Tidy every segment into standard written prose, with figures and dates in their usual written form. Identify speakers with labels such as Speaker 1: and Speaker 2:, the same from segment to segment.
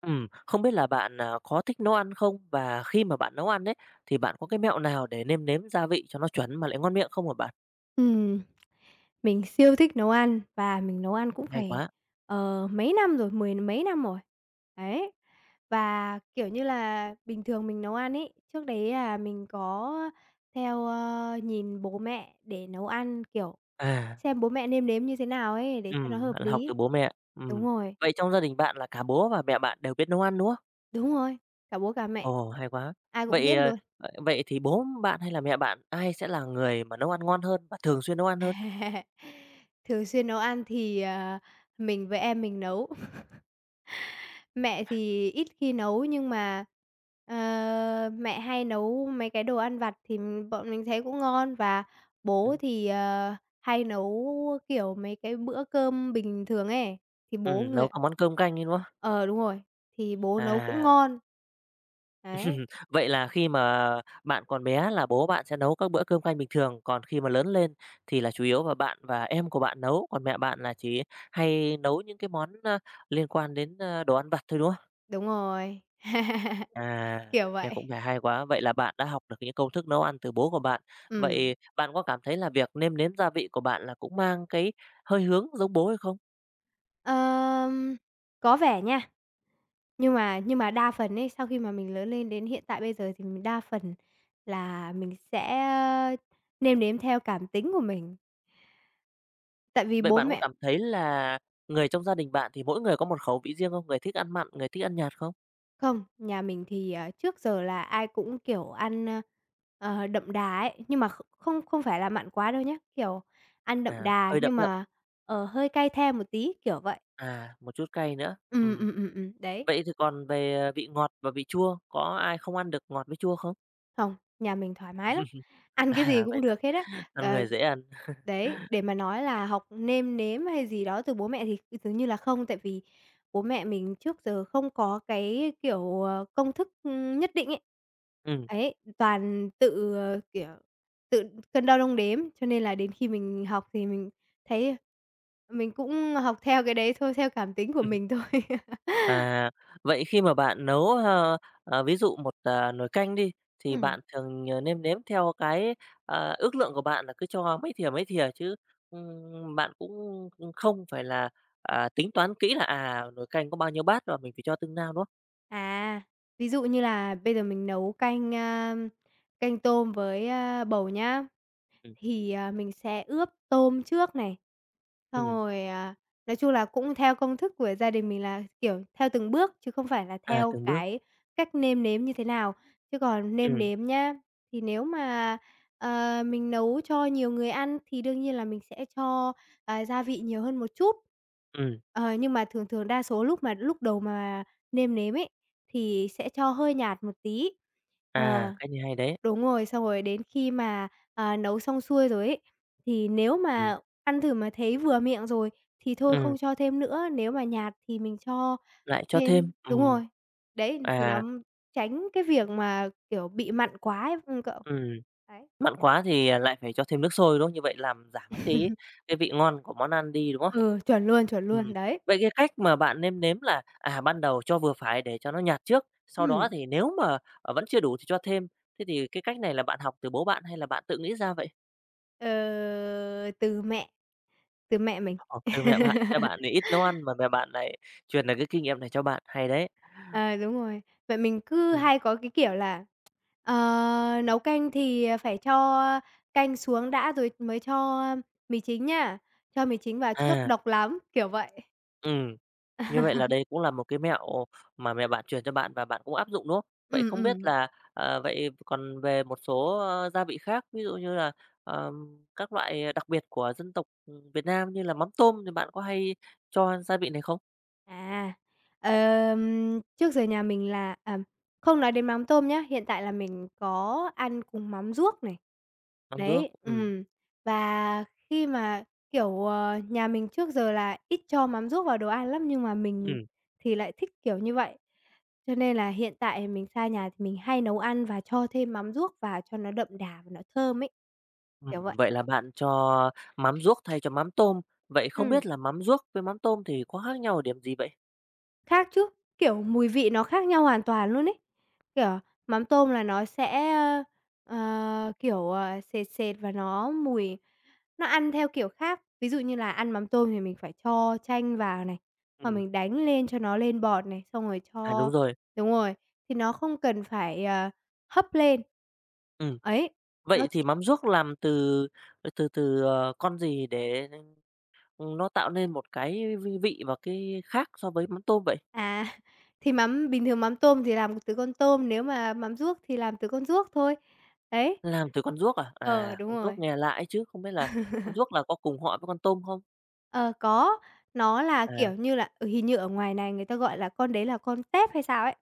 Speaker 1: Không biết là bạn, có thích nấu ăn không? Và khi mà bạn nấu ăn đấy thì bạn có cái mẹo nào để nêm nếm gia vị cho nó chuẩn mà lại ngon miệng không hả bạn?
Speaker 2: Ừm. Mình siêu thích nấu ăn và mình nấu ăn cũng
Speaker 1: Hay
Speaker 2: phải,
Speaker 1: quá.
Speaker 2: mấy năm rồi, mười mấy năm rồi. Đấy, và, kiểu như là, bình thường mình nấu ăn ấy, trước đấy là mình có theo, nhìn bố mẹ để nấu ăn, kiểu,
Speaker 1: À,
Speaker 2: xem bố mẹ nêm nếm như thế nào ấy để cho nó hợp
Speaker 1: bạn học
Speaker 2: lý.
Speaker 1: từ bố mẹ.
Speaker 2: Đúng
Speaker 1: Ừm.
Speaker 2: rồi,
Speaker 1: Vậy trong gia đình bạn là cả bố và mẹ bạn đều biết nấu ăn, đúng không?
Speaker 2: đúng rồi, cả bố cả mẹ,
Speaker 1: Ồ, hay quá.
Speaker 2: ai cũng
Speaker 1: Vậy,
Speaker 2: biết
Speaker 1: ờ,
Speaker 2: luôn.
Speaker 1: vậy vậy thì bố bạn hay là mẹ bạn, ai sẽ là người mà nấu ăn ngon hơn và thường xuyên nấu ăn hơn?
Speaker 2: Thường xuyên nấu ăn thì, mình với em mình nấu. Mẹ thì ít khi nấu nhưng mà, mẹ hay nấu mấy cái đồ ăn vặt thì bọn mình thấy cũng ngon, và bố
Speaker 1: Ừm,
Speaker 2: thì, hay nấu, kiểu, mấy cái bữa cơm bình thường ấy, thì bố
Speaker 1: nấu
Speaker 2: người.
Speaker 1: cả món cơm canh ấy, đúng không?
Speaker 2: Ờ, đúng rồi, thì bố nấu cũng
Speaker 1: À.
Speaker 2: ngon. Đấy,
Speaker 1: Vậy là khi mà bạn còn bé là bố bạn sẽ nấu các bữa cơm canh bình thường, còn khi mà lớn lên thì là chủ yếu là bạn và em của bạn nấu, còn mẹ bạn là chỉ hay nấu những cái món, liên quan đến, đồ ăn vặt thôi, đúng không?
Speaker 2: đúng rồi,
Speaker 1: À,
Speaker 2: kiểu
Speaker 1: nghe
Speaker 2: vậy.
Speaker 1: cũng vẻ hay quá. Vậy là bạn đã học được những công thức nấu ăn từ bố của bạn.
Speaker 2: Ừm.
Speaker 1: Vậy bạn có cảm thấy là việc nêm nếm gia vị của bạn là cũng mang cái hơi hướng giống bố hay không?
Speaker 2: Ờm, có vẻ nha. Nhưng mà đa phần ấy, sau khi mà mình lớn lên đến hiện tại bây giờ thì mình đa phần là mình sẽ, ơ, nêm nếm theo cảm tính của mình. Tại vì
Speaker 1: Vậy
Speaker 2: bố
Speaker 1: bạn có
Speaker 2: mẹ
Speaker 1: cảm thấy là người trong gia đình bạn thì mỗi người có một khẩu vị riêng không? Người thích ăn mặn, người thích ăn nhạt không?
Speaker 2: không, nhà mình thì, trước giờ là ai cũng, kiểu, ăn, đậm đà ấy, nhưng mà kh không không phải là mặn quá đâu nhé kiểu, ăn đậm
Speaker 1: À,
Speaker 2: đà
Speaker 1: hơi đậm
Speaker 2: nhưng
Speaker 1: đậm.
Speaker 2: mà, hơi cay the một tí, kiểu vậy.
Speaker 1: À, một chút cay nữa.
Speaker 2: Ừ ừ ừ ừ đấy.
Speaker 1: Vậy thì còn về vị ngọt và vị chua, có ai không ăn được ngọt với chua không?
Speaker 2: Không, nhà mình thoải mái lắm, ăn cái gì
Speaker 1: À, vậy
Speaker 2: cũng
Speaker 1: là
Speaker 2: được hết á.
Speaker 1: con
Speaker 2: Ờ,
Speaker 1: người dễ ăn.
Speaker 2: đấy, để mà nói là học nêm nếm hay gì đó từ bố mẹ thì dường như là không, tại vì bố mẹ mình trước giờ không có cái, kiểu, công thức, nhất định ấy.
Speaker 1: Ừm.
Speaker 2: Ấy, toàn tự, kiểu, tự cân đo đong đếm, cho nên là đến khi mình học thì mình thấy mình cũng học theo cái đấy thôi, theo cảm tính của mình thôi.
Speaker 1: À, vậy khi mà bạn nấu, ví dụ một, nồi canh đi, thì
Speaker 2: Ừm.
Speaker 1: bạn thường, nêm nếm theo cái, ước lượng của bạn là cứ cho mấy thìa chứ, bạn cũng không phải là, tính toán kỹ là, nồi canh có bao nhiêu bát và mình phải cho từng nào, đúng không?
Speaker 2: À, ví dụ như là bây giờ mình nấu canh, canh tôm với, bầu nhá,
Speaker 1: Ừm,
Speaker 2: thì, mình sẽ ướp tôm trước này, xong
Speaker 1: ừm,
Speaker 2: rồi, nói chung là cũng theo công thức của gia đình mình là, kiểu, theo từng bước chứ không phải là
Speaker 1: à,
Speaker 2: theo
Speaker 1: từng bước.
Speaker 2: cái cách nêm nếm như thế nào. Chứ còn nêm
Speaker 1: Ừm,
Speaker 2: nếm nhá, thì nếu mà, mình nấu cho nhiều người ăn thì đương nhiên là mình sẽ cho, gia vị nhiều hơn một chút.
Speaker 1: ừm,
Speaker 2: Ờ, nhưng mà thường thường đa số lúc đầu mà nêm nếm ấy, thì sẽ cho hơi nhạt một tí.
Speaker 1: à,
Speaker 2: Ờ,
Speaker 1: cái này hay đấy.
Speaker 2: đúng rồi, xong rồi đến khi mà nấu xong xuôi rồi ấy, thì nếu mà ăn thử mà thấy vừa miệng rồi thì thôi
Speaker 1: Ừm,
Speaker 2: không cho thêm nữa, nếu mà nhạt thì mình cho
Speaker 1: lại cho thêm.
Speaker 2: thêm, đúng rồi. Đấy, thì nó
Speaker 1: À,
Speaker 2: tránh cái việc mà, kiểu, bị mặn quá ấy, cậu.
Speaker 1: ừm,
Speaker 2: Đấy.
Speaker 1: mặn quá thì, lại phải cho thêm nước sôi, đúng không? Như vậy làm giảm cái vị ngon của món ăn đi, đúng không?
Speaker 2: Ừ, chuẩn
Speaker 1: Ừm,
Speaker 2: luôn, đấy.
Speaker 1: vậy cái cách mà bạn nêm nếm là, ban đầu cho vừa phải để cho nó nhạt trước, sau đó
Speaker 2: Ừm,
Speaker 1: thì nếu mà, vẫn chưa đủ thì cho thêm. Thế thì cái cách này là bạn học từ bố bạn hay là bạn tự nghĩ ra vậy?
Speaker 2: ờ, từ mẹ, từ mẹ mình.
Speaker 1: Học từ mẹ bạn thì ít nấu ăn mà mẹ bạn lại truyền được cái kinh nghiệm này cho bạn, hay đấy.
Speaker 2: Ờ, đúng rồi. Mẹ mình cứ
Speaker 1: Ừm,
Speaker 2: hay có cái kiểu là, Ờ, nấu canh thì, phải cho canh xuống đã rồi mới cho mì chính nha, cho mì chính vào trước,
Speaker 1: à,
Speaker 2: độc lắm, kiểu vậy.
Speaker 1: ừ. Như vậy là đây cũng là một cái mẹo mà mẹ bạn truyền cho bạn và bạn cũng áp dụng, đúng không? Vậy không biết
Speaker 2: Ừm.
Speaker 1: là, vậy còn về một số, gia vị khác, ví dụ như là, các loại đặc biệt của dân tộc, Việt Nam như là mắm tôm thì bạn có hay cho gia vị này không?
Speaker 2: À, trước giờ nhà mình là, không nói đến mắm tôm nhá, hiện tại là mình có ăn cùng mắm ruốc này.
Speaker 1: Mắm ruốc,
Speaker 2: Đấy, và khi mà, kiểu, nhà mình trước giờ là ít cho mắm ruốc vào đồ ăn lắm, nhưng mà mình
Speaker 1: ừm,
Speaker 2: thì lại thích kiểu như vậy. Cho nên là hiện tại mình xa nhà thì mình hay nấu ăn và cho thêm mắm ruốc vào cho nó đậm đà và nó thơm ấy, kiểu vậy.
Speaker 1: vậy là bạn cho mắm ruốc thay cho mắm tôm. Vậy không
Speaker 2: Ừm.
Speaker 1: biết là mắm ruốc với mắm tôm thì có khác nhau ở điểm gì vậy?
Speaker 2: Khác chứ, kiểu, mùi vị nó khác nhau hoàn toàn luôn ấy. Kiểu, mắm tôm là nó sẽ, kiểu, sệt sệt và nó mùi, nó ăn theo kiểu khác. Ví dụ như là ăn mắm tôm thì mình phải cho chanh vào này, hoặc
Speaker 1: Ừm,
Speaker 2: mình đánh lên cho nó lên bọt này, xong rồi
Speaker 1: à, đúng
Speaker 2: cho,
Speaker 1: rồi,
Speaker 2: đúng rồi, thì nó không cần phải, hấp lên.
Speaker 1: ừm.
Speaker 2: Ấy, nó.
Speaker 1: Vậy thì mắm ruốc làm từ từ từ, con gì để nó tạo nên một cái vi vị và cái khác so với mắm tôm vậy?
Speaker 2: À, thì mắm bình thường mắm tôm thì làm từ con tôm, nếu mà mắm ruốc thì làm từ con ruốc thôi. Đấy.
Speaker 1: Làm từ con ruốc à?
Speaker 2: Ờ,
Speaker 1: À,
Speaker 2: đúng
Speaker 1: con ruốc
Speaker 2: rồi.
Speaker 1: nghe lạ ấy chứ, không biết là con ruốc là có cùng họ với con tôm không?
Speaker 2: Ờ, có, nó là,
Speaker 1: À,
Speaker 2: kiểu như là, hình như ở ngoài này người ta gọi là con đấy là con tép hay sao ấy.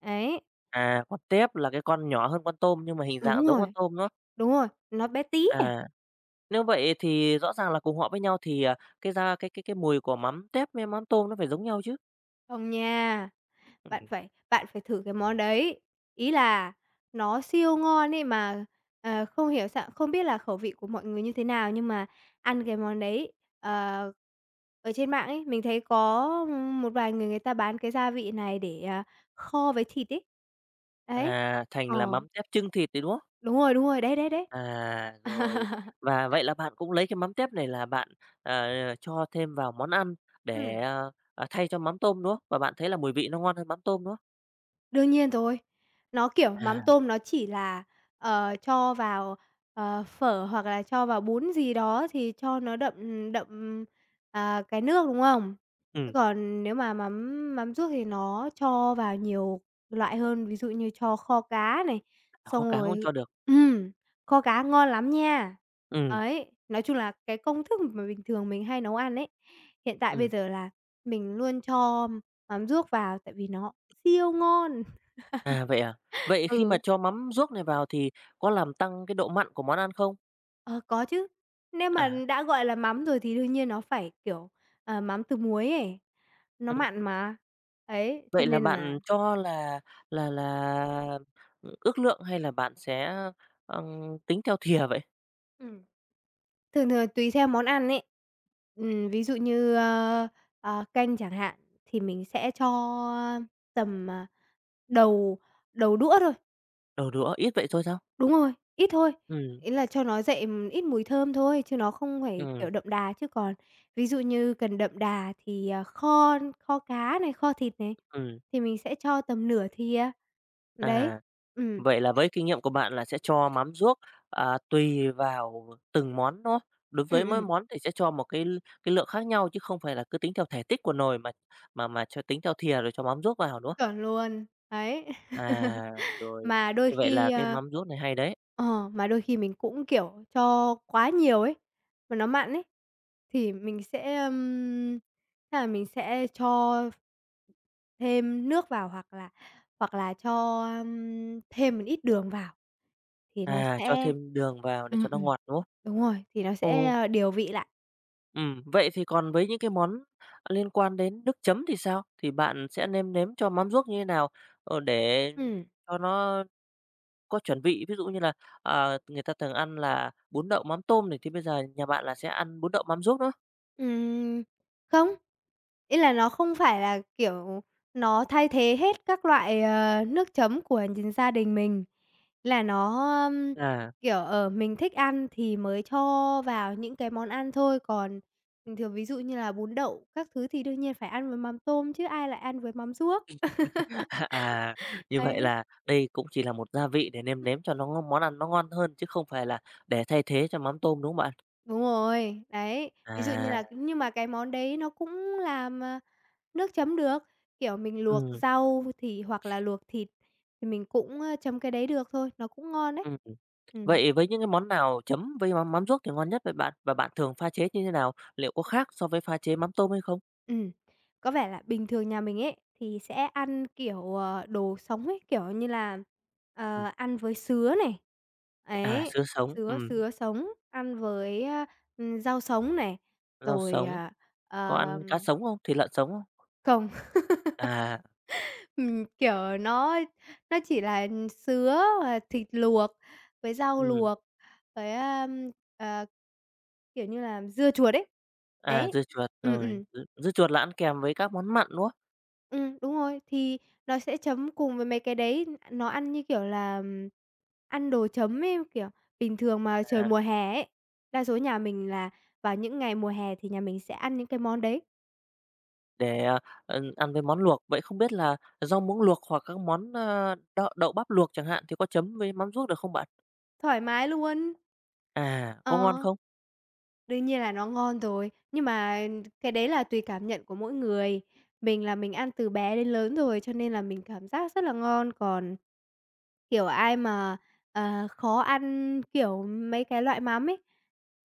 Speaker 2: Ấy,
Speaker 1: à, con tép là cái con nhỏ hơn con tôm nhưng mà hình dạng
Speaker 2: đúng
Speaker 1: giống con
Speaker 2: rồi,
Speaker 1: tôm, đó.
Speaker 2: đúng rồi, nó bé tí à.
Speaker 1: À, nếu vậy thì rõ ràng là cùng họ với nhau thì, cái ra cái mùi của mắm tép với mắm tôm nó phải giống nhau chứ?
Speaker 2: Không nha.
Speaker 1: Ừm,
Speaker 2: Bạn phải thử cái món đấy. Ý là nó siêu ngon ấy mà, không hiểu sao, không biết là khẩu vị của mọi người như thế nào, nhưng mà ăn cái món đấy, ờ, ở trên mạng ấy, mình thấy có, một vài người người ta bán cái gia vị này để, kho với thịt ấy. Đấy.
Speaker 1: à, thành
Speaker 2: Ờ,
Speaker 1: là mắm tép chưng thịt thì, đúng không?
Speaker 2: đúng rồi, đấy, đấy, đấy.
Speaker 1: À, rồi. Và vậy là bạn cũng lấy cái mắm tép này là bạn, ờ, cho thêm vào món ăn
Speaker 2: Ừm.
Speaker 1: để, thay cho mắm tôm, đúng không? Và bạn thấy là mùi vị nó ngon hơn mắm tôm, đúng không?
Speaker 2: Đương nhiên rồi. Nó, kiểu,
Speaker 1: À,
Speaker 2: mắm tôm nó chỉ là, cho vào, phở hoặc là cho vào bún gì đó thì cho nó đậm, đậm, cái nước, đúng không? Chứ
Speaker 1: ừm,
Speaker 2: còn nếu mà mắm mắm ruốc thì nó cho vào nhiều loại hơn, ví dụ như cho kho cá này,
Speaker 1: kho
Speaker 2: xong
Speaker 1: cá không
Speaker 2: rồi,
Speaker 1: cho được.
Speaker 2: ừm, kho cá ngon lắm nha.
Speaker 1: Ừm,
Speaker 2: Ấy, nói chung là cái công thức mà bình thường mình hay nấu ăn ấy, hiện tại bây
Speaker 1: ừm,
Speaker 2: giờ là mình luôn cho mắm ruốc vào tại vì nó siêu ngon.
Speaker 1: à? Vậy khi mà
Speaker 2: Ừ,
Speaker 1: cho mắm ruốc này vào thì có làm tăng cái độ mặn của món ăn không?
Speaker 2: ờ, có chứ. Nếu mà
Speaker 1: À,
Speaker 2: đã gọi là mắm rồi thì đương nhiên nó phải, kiểu, mắm từ muối ấy, nó
Speaker 1: ừm,
Speaker 2: mặn mà. Ấy, cho
Speaker 1: vậy là
Speaker 2: nên là,
Speaker 1: bạn cho là, ước lượng hay là bạn sẽ, tính theo thìa vậy?
Speaker 2: ừm, thường thường tùy theo món ăn ấy. Ví dụ như, canh chẳng hạn, thì mình sẽ cho tầm, đầu đầu đũa thôi.
Speaker 1: Đầu đũa, ít vậy thôi sao?
Speaker 2: Đúng rồi, ít thôi,
Speaker 1: Ừm,
Speaker 2: ý là cho nó dậy, ít mùi thơm thôi, chứ nó không phải,
Speaker 1: ừm,
Speaker 2: kiểu, đậm đà. Chứ còn ví dụ như cần đậm đà thì, kho kho cá này, kho thịt này,
Speaker 1: ừm,
Speaker 2: thì mình sẽ cho tầm nửa thìa. Đấy,
Speaker 1: à.
Speaker 2: ừm,
Speaker 1: Vậy là với kinh nghiệm của bạn là sẽ cho mắm ruốc, tùy vào từng món, đó. Đối với mỗi
Speaker 2: ừm.
Speaker 1: món thì sẽ cho một cái lượng khác nhau chứ không phải là cứ tính theo thể tích của nồi mà cho tính theo thìa rồi cho mắm ruốc vào, đúng không?
Speaker 2: Chuẩn luôn, đấy.
Speaker 1: À, rồi,
Speaker 2: Mà đôi
Speaker 1: như vậy là
Speaker 2: khi,
Speaker 1: cái
Speaker 2: ơ
Speaker 1: mắm ruốc này hay đấy.
Speaker 2: mà đôi khi mình cũng, kiểu, cho quá nhiều ấy, mà nó mặn ấy, thì mình sẽ, chắc là mình sẽ cho thêm nước vào, hoặc là cho, thêm một ít đường vào, thì nó
Speaker 1: À, cho
Speaker 2: sẽ,
Speaker 1: thêm đường vào để cho
Speaker 2: ừm,
Speaker 1: nó
Speaker 2: ừm,
Speaker 1: ngọt, đúng không?
Speaker 2: đúng rồi, thì nó sẽ,
Speaker 1: Ồ,
Speaker 2: điều vị lại.
Speaker 1: vậy thì còn với những cái món liên quan đến nước chấm thì sao? Thì bạn sẽ nêm nếm cho mắm ruốc như thế nào, để
Speaker 2: Ừm,
Speaker 1: cho nó. Có chuẩn bị, ví dụ như là, người ta thường ăn là bún đậu mắm tôm này, thì bây giờ nhà bạn là sẽ ăn bún đậu mắm ruốc nữa?
Speaker 2: ừm, không. Ý là nó không phải là, kiểu, nó thay thế hết các loại, nước chấm của gia đình mình, là nó,
Speaker 1: À,
Speaker 2: kiểu, mình thích ăn thì mới cho vào những cái món ăn thôi, còn bình thường ví dụ như là bún đậu các thứ thì đương nhiên phải ăn với mắm tôm chứ ai lại ăn với mắm ruốc.
Speaker 1: à, như vậy
Speaker 2: Ấy.
Speaker 1: là đây cũng chỉ là một gia vị để nêm nếm cho nó ngon món ăn nó ngon hơn, chứ không phải là để thay thế cho mắm tôm, đúng không bạn?
Speaker 2: Đúng rồi, đấy, ví dụ như
Speaker 1: À,
Speaker 2: là, nhưng mà cái món đấy nó cũng làm, nước chấm được, kiểu, mình luộc
Speaker 1: ừm,
Speaker 2: rau thì hoặc là luộc thịt thì mình cũng, chấm cái đấy được thôi, nó cũng ngon đấy.
Speaker 1: ừm.
Speaker 2: Ừm,
Speaker 1: Vậy với những cái món nào chấm với mắm mắm ruốc thì ngon nhất vậy bạn? Và bạn thường pha chế như thế nào? Liệu có khác so với pha chế mắm tôm hay không?
Speaker 2: ừm, có vẻ là bình thường nhà mình ấy thì sẽ ăn, kiểu, đồ sống ấy, kiểu như là,
Speaker 1: Ừm,
Speaker 2: ăn với sứa này,
Speaker 1: à,
Speaker 2: ấy,
Speaker 1: sứa sống,
Speaker 2: sứa sứa sống, ăn với, rau sống này,
Speaker 1: rau
Speaker 2: rồi,
Speaker 1: sống, có
Speaker 2: ờ,
Speaker 1: ăn cá sống không? Thịt lợn sống không?
Speaker 2: cồng.
Speaker 1: À,
Speaker 2: Kiểu, nó chỉ là sứa và thịt luộc với rau
Speaker 1: ừm.
Speaker 2: luộc, với, ờ, kiểu như là, dưa chuột ấy.
Speaker 1: À,
Speaker 2: Đấy,
Speaker 1: dưa chuột,
Speaker 2: ừm,
Speaker 1: rồi
Speaker 2: ừm,
Speaker 1: dưa dưa chuột là ăn kèm với các món mặn, đúng không?
Speaker 2: đúng rồi, thì nó sẽ chấm cùng với mấy cái đấy, nó ăn như kiểu là, ăn đồ chấm ấy, kiểu, bình thường mà trời
Speaker 1: À,
Speaker 2: mùa hè ấy, đa số nhà mình là vào những ngày mùa hè thì nhà mình sẽ ăn những cái món đấy,
Speaker 1: để, ăn với món luộc. Vậy không biết là rau muống luộc hoặc các món, đậu đậu bắp luộc chẳng hạn thì có chấm với mắm ruốc được không bạn?
Speaker 2: thoải mái luôn.
Speaker 1: À, có ngon
Speaker 2: Ờ.
Speaker 1: không?
Speaker 2: Đương nhiên là nó ngon rồi, nhưng mà cái đấy là tùy cảm nhận của mỗi người. Mình là mình ăn từ bé đến lớn rồi, cho nên là mình cảm giác rất là ngon. Còn, kiểu, ai mà, khó ăn, kiểu, mấy cái loại mắm ấy,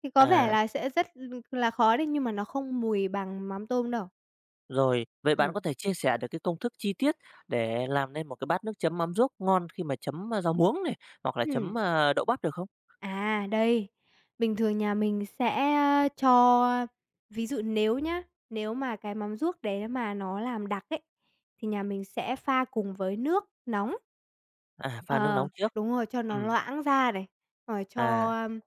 Speaker 2: thì có vẻ
Speaker 1: À,
Speaker 2: là sẽ rất là khó đấy, nhưng mà nó không mùi bằng mắm tôm đâu.
Speaker 1: rồi, vậy bạn có
Speaker 2: Ừm.
Speaker 1: thể chia sẻ được cái công thức chi tiết để làm nên một cái bát nước chấm mắm ruốc ngon khi mà chấm, rau muống này, hoặc là chấm,
Speaker 2: Ừm.
Speaker 1: đậu bắp được không?
Speaker 2: À, đây, bình thường nhà mình sẽ cho, ví dụ nếu nhá, nếu mà cái mắm ruốc đấy mà nó làm đặc ấy, thì nhà mình sẽ pha cùng với nước nóng.
Speaker 1: À, pha nước nóng
Speaker 2: Ờ,
Speaker 1: trước,
Speaker 2: đúng rồi, cho nó
Speaker 1: ừm,
Speaker 2: loãng ra này, rồi cho,
Speaker 1: à,
Speaker 2: ưm,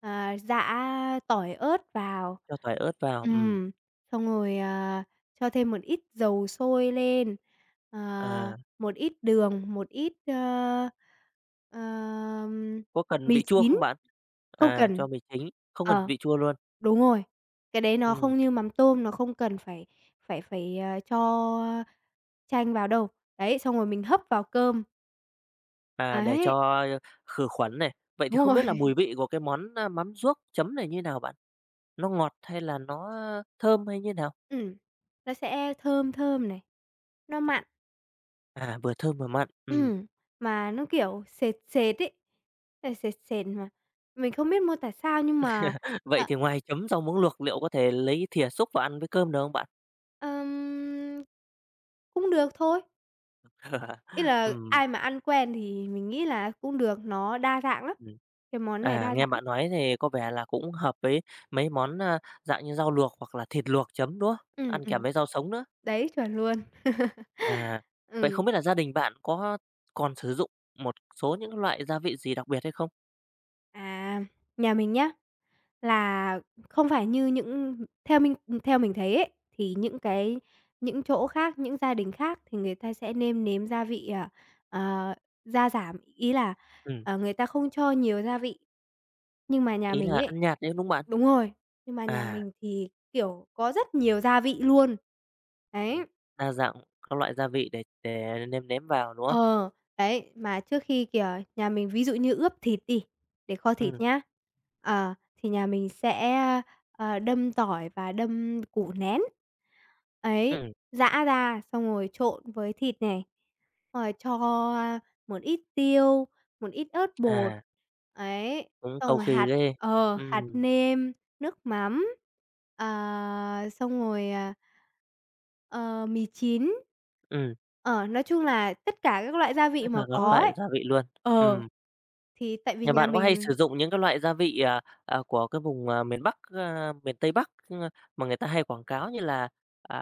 Speaker 2: ờ, giã tỏi ớt vào.
Speaker 1: cho tỏi ớt vào,
Speaker 2: Ừm, xong rồi, cho thêm một ít dầu sôi lên,
Speaker 1: à,
Speaker 2: một ít đường, một ít, ờm
Speaker 1: có cần
Speaker 2: mì
Speaker 1: vị chua
Speaker 2: chín,
Speaker 1: không bạn?
Speaker 2: không
Speaker 1: À, cho
Speaker 2: cần.
Speaker 1: mì chính, không cần
Speaker 2: ờ,
Speaker 1: vị chua luôn,
Speaker 2: Đúng rồi, cái đấy nó
Speaker 1: ừm.
Speaker 2: không như mắm tôm, nó không cần phải phải phải, cho chanh vào đâu. Đấy, xong rồi mình hấp vào cơm,
Speaker 1: À, để
Speaker 2: ấy,
Speaker 1: cho khử khuẩn này. Vậy thì
Speaker 2: đúng
Speaker 1: không
Speaker 2: rồi,
Speaker 1: biết là mùi vị của cái món, mắm ruốc chấm này như nào bạn? Nó ngọt hay là nó thơm hay như nào?
Speaker 2: ừm, nó sẽ thơm thơm này, nó mặn,
Speaker 1: À, vừa thơm vừa mặn.
Speaker 2: ừm, mà nó, kiểu, sệt sệt ấy, nó sệt sệt mà mình không biết mô tả sao nhưng mà,
Speaker 1: Vậy
Speaker 2: ờ,
Speaker 1: thì ngoài chấm rau muống luộc liệu có thể lấy thìa xúc và ăn với cơm được không bạn?
Speaker 2: ừm, cũng được thôi. Ý là
Speaker 1: Ừm,
Speaker 2: ai mà ăn quen thì mình nghĩ là cũng được, nó đa dạng lắm,
Speaker 1: ừm.
Speaker 2: cái món này đa
Speaker 1: À, nghe
Speaker 2: dạng lắm.
Speaker 1: bạn nói thì có vẻ là cũng hợp với mấy món, dạng như rau luộc hoặc là thịt luộc chấm, đúng không?
Speaker 2: Ừm,
Speaker 1: Ăn kèm
Speaker 2: ừm,
Speaker 1: với rau sống nữa.
Speaker 2: đấy, chuẩn luôn.
Speaker 1: À, vậy
Speaker 2: Ừm,
Speaker 1: không biết là gia đình bạn có còn sử dụng một số những loại gia vị gì đặc biệt hay không?
Speaker 2: à, nhà mình nhá, là không phải như những, theo mình theo mình thấy ấy, thì những chỗ khác, những gia đình khác thì người ta sẽ nêm nếm gia vị, ờ, gia giảm, ý là,
Speaker 1: Ừm.
Speaker 2: người ta không cho nhiều gia vị. Nhưng mà nhà
Speaker 1: Ý
Speaker 2: mình
Speaker 1: là
Speaker 2: ấy.
Speaker 1: ăn nhạt đấy, đúng không bạn?
Speaker 2: Đúng rồi, nhưng mà nhà
Speaker 1: À,
Speaker 2: mình thì, kiểu, có rất nhiều gia vị luôn.
Speaker 1: ừm,
Speaker 2: Đấy.
Speaker 1: đa dạng các loại gia vị để nêm nếm vào, đúng không?
Speaker 2: Ờ, đấy, mà trước khi, kiểu, nhà mình ví dụ như ướp thịt đi, để kho
Speaker 1: Ừm,
Speaker 2: thịt nhá, thì nhà mình sẽ, đâm tỏi và đâm củ nén. Ấy,
Speaker 1: ừm,
Speaker 2: giã ra xong rồi trộn với thịt này, rồi cho, à, một ít tiêu, một ít ớt bột,
Speaker 1: à,
Speaker 2: ấy,
Speaker 1: cũng
Speaker 2: xong
Speaker 1: cầu
Speaker 2: rồi
Speaker 1: kỳ ghê.
Speaker 2: hạt
Speaker 1: Ừm,
Speaker 2: nêm, nước mắm, ờ, xong rồi. Ờ, mì chín.
Speaker 1: ừm,
Speaker 2: Ờ, nói chung là tất cả các loại gia
Speaker 1: tất
Speaker 2: vị
Speaker 1: cả
Speaker 2: mà
Speaker 1: các
Speaker 2: có ấy.
Speaker 1: loại gia vị luôn.
Speaker 2: Ờ,
Speaker 1: Ừm,
Speaker 2: thì tại vì
Speaker 1: nhà
Speaker 2: nhà
Speaker 1: bạn có hay sử
Speaker 2: mình,
Speaker 1: dụng những cái loại gia vị, của cái vùng, miền Bắc, miền Tây Bắc, mà người ta hay quảng cáo như là, à,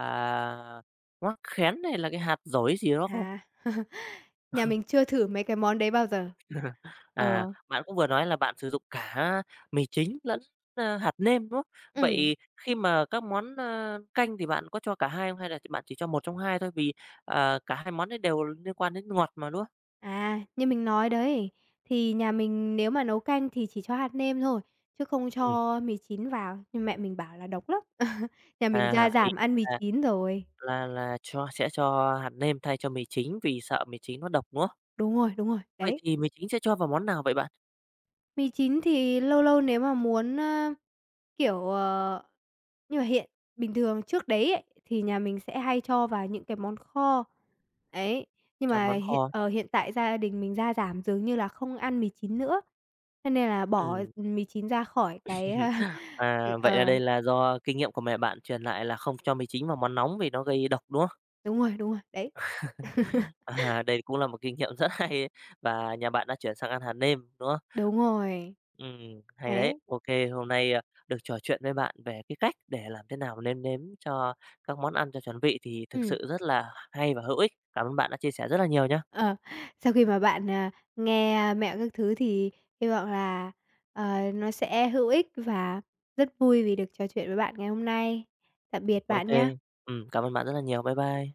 Speaker 1: mắc khén hay là cái hạt dổi gì đó không?
Speaker 2: à. Nhà mình chưa thử mấy cái món đấy bao giờ.
Speaker 1: À,
Speaker 2: Ờ,
Speaker 1: bạn cũng vừa nói là bạn sử dụng cả mì chính lẫn, hạt nêm, đúng không?
Speaker 2: ừ,
Speaker 1: Vậy khi mà các món, canh thì bạn có cho cả hai không hay là bạn chỉ cho một trong hai thôi? Vì, cả hai món đấy đều liên quan đến ngọt mà, đúng không?
Speaker 2: à, như mình nói đấy, thì nhà mình nếu mà nấu canh thì chỉ cho hạt nêm thôi, chứ không
Speaker 1: Ừm,
Speaker 2: cho mì chín vào, nhưng mẹ mình bảo là độc lắm. Nhà mình
Speaker 1: à,
Speaker 2: gia
Speaker 1: ý
Speaker 2: giảm ăn mì
Speaker 1: là
Speaker 2: chín rồi.
Speaker 1: là sẽ cho hạt nêm thay cho mì chính vì sợ mì chính nó độc, đúng không?
Speaker 2: Đúng rồi, đúng rồi,
Speaker 1: Vậy
Speaker 2: đấy.
Speaker 1: thì mì chính sẽ cho vào món nào vậy bạn?
Speaker 2: Mì chín thì lâu lâu nếu mà muốn, kiểu, nhưng mà hiện bình thường trước đấy ấy, thì nhà mình sẽ hay cho vào những cái món kho, ấy, nhưng
Speaker 1: Cho
Speaker 2: mà
Speaker 1: món kho.
Speaker 2: hiện, hiện tại gia đình mình gia giảm dường như là không ăn mì chín nữa, thế nên là bỏ,
Speaker 1: Ừm,
Speaker 2: ừ, mì chín ra khỏi cái, ừ,
Speaker 1: à, vậy là
Speaker 2: ờ,
Speaker 1: đây là do kinh nghiệm của mẹ bạn truyền lại là không cho mì chính vào món nóng vì nó gây độc, đúng không?
Speaker 2: đúng rồi, đấy.
Speaker 1: À, đây cũng là một kinh nghiệm rất hay ấy, và nhà bạn đã chuyển sang ăn hạt nêm, đúng không?
Speaker 2: Đúng rồi.
Speaker 1: Hay đấy.
Speaker 2: Đấy,
Speaker 1: OK, hôm nay, được trò chuyện với bạn về cái cách để làm thế nào nêm nếm cho các món ăn cho chuẩn vị thì thực
Speaker 2: ừm.
Speaker 1: sự rất là hay và hữu ích. Cảm ơn bạn đã chia sẻ rất là nhiều nhá.
Speaker 2: Ờ, sau khi mà bạn, nghe, mẹo các thứ thì hy vọng là, nó sẽ hữu ích và rất vui vì được trò chuyện với bạn ngày hôm nay. Tạm biệt
Speaker 1: OK
Speaker 2: bạn
Speaker 1: kê,
Speaker 2: nhé.
Speaker 1: cảm ơn bạn rất là nhiều. Bye bye.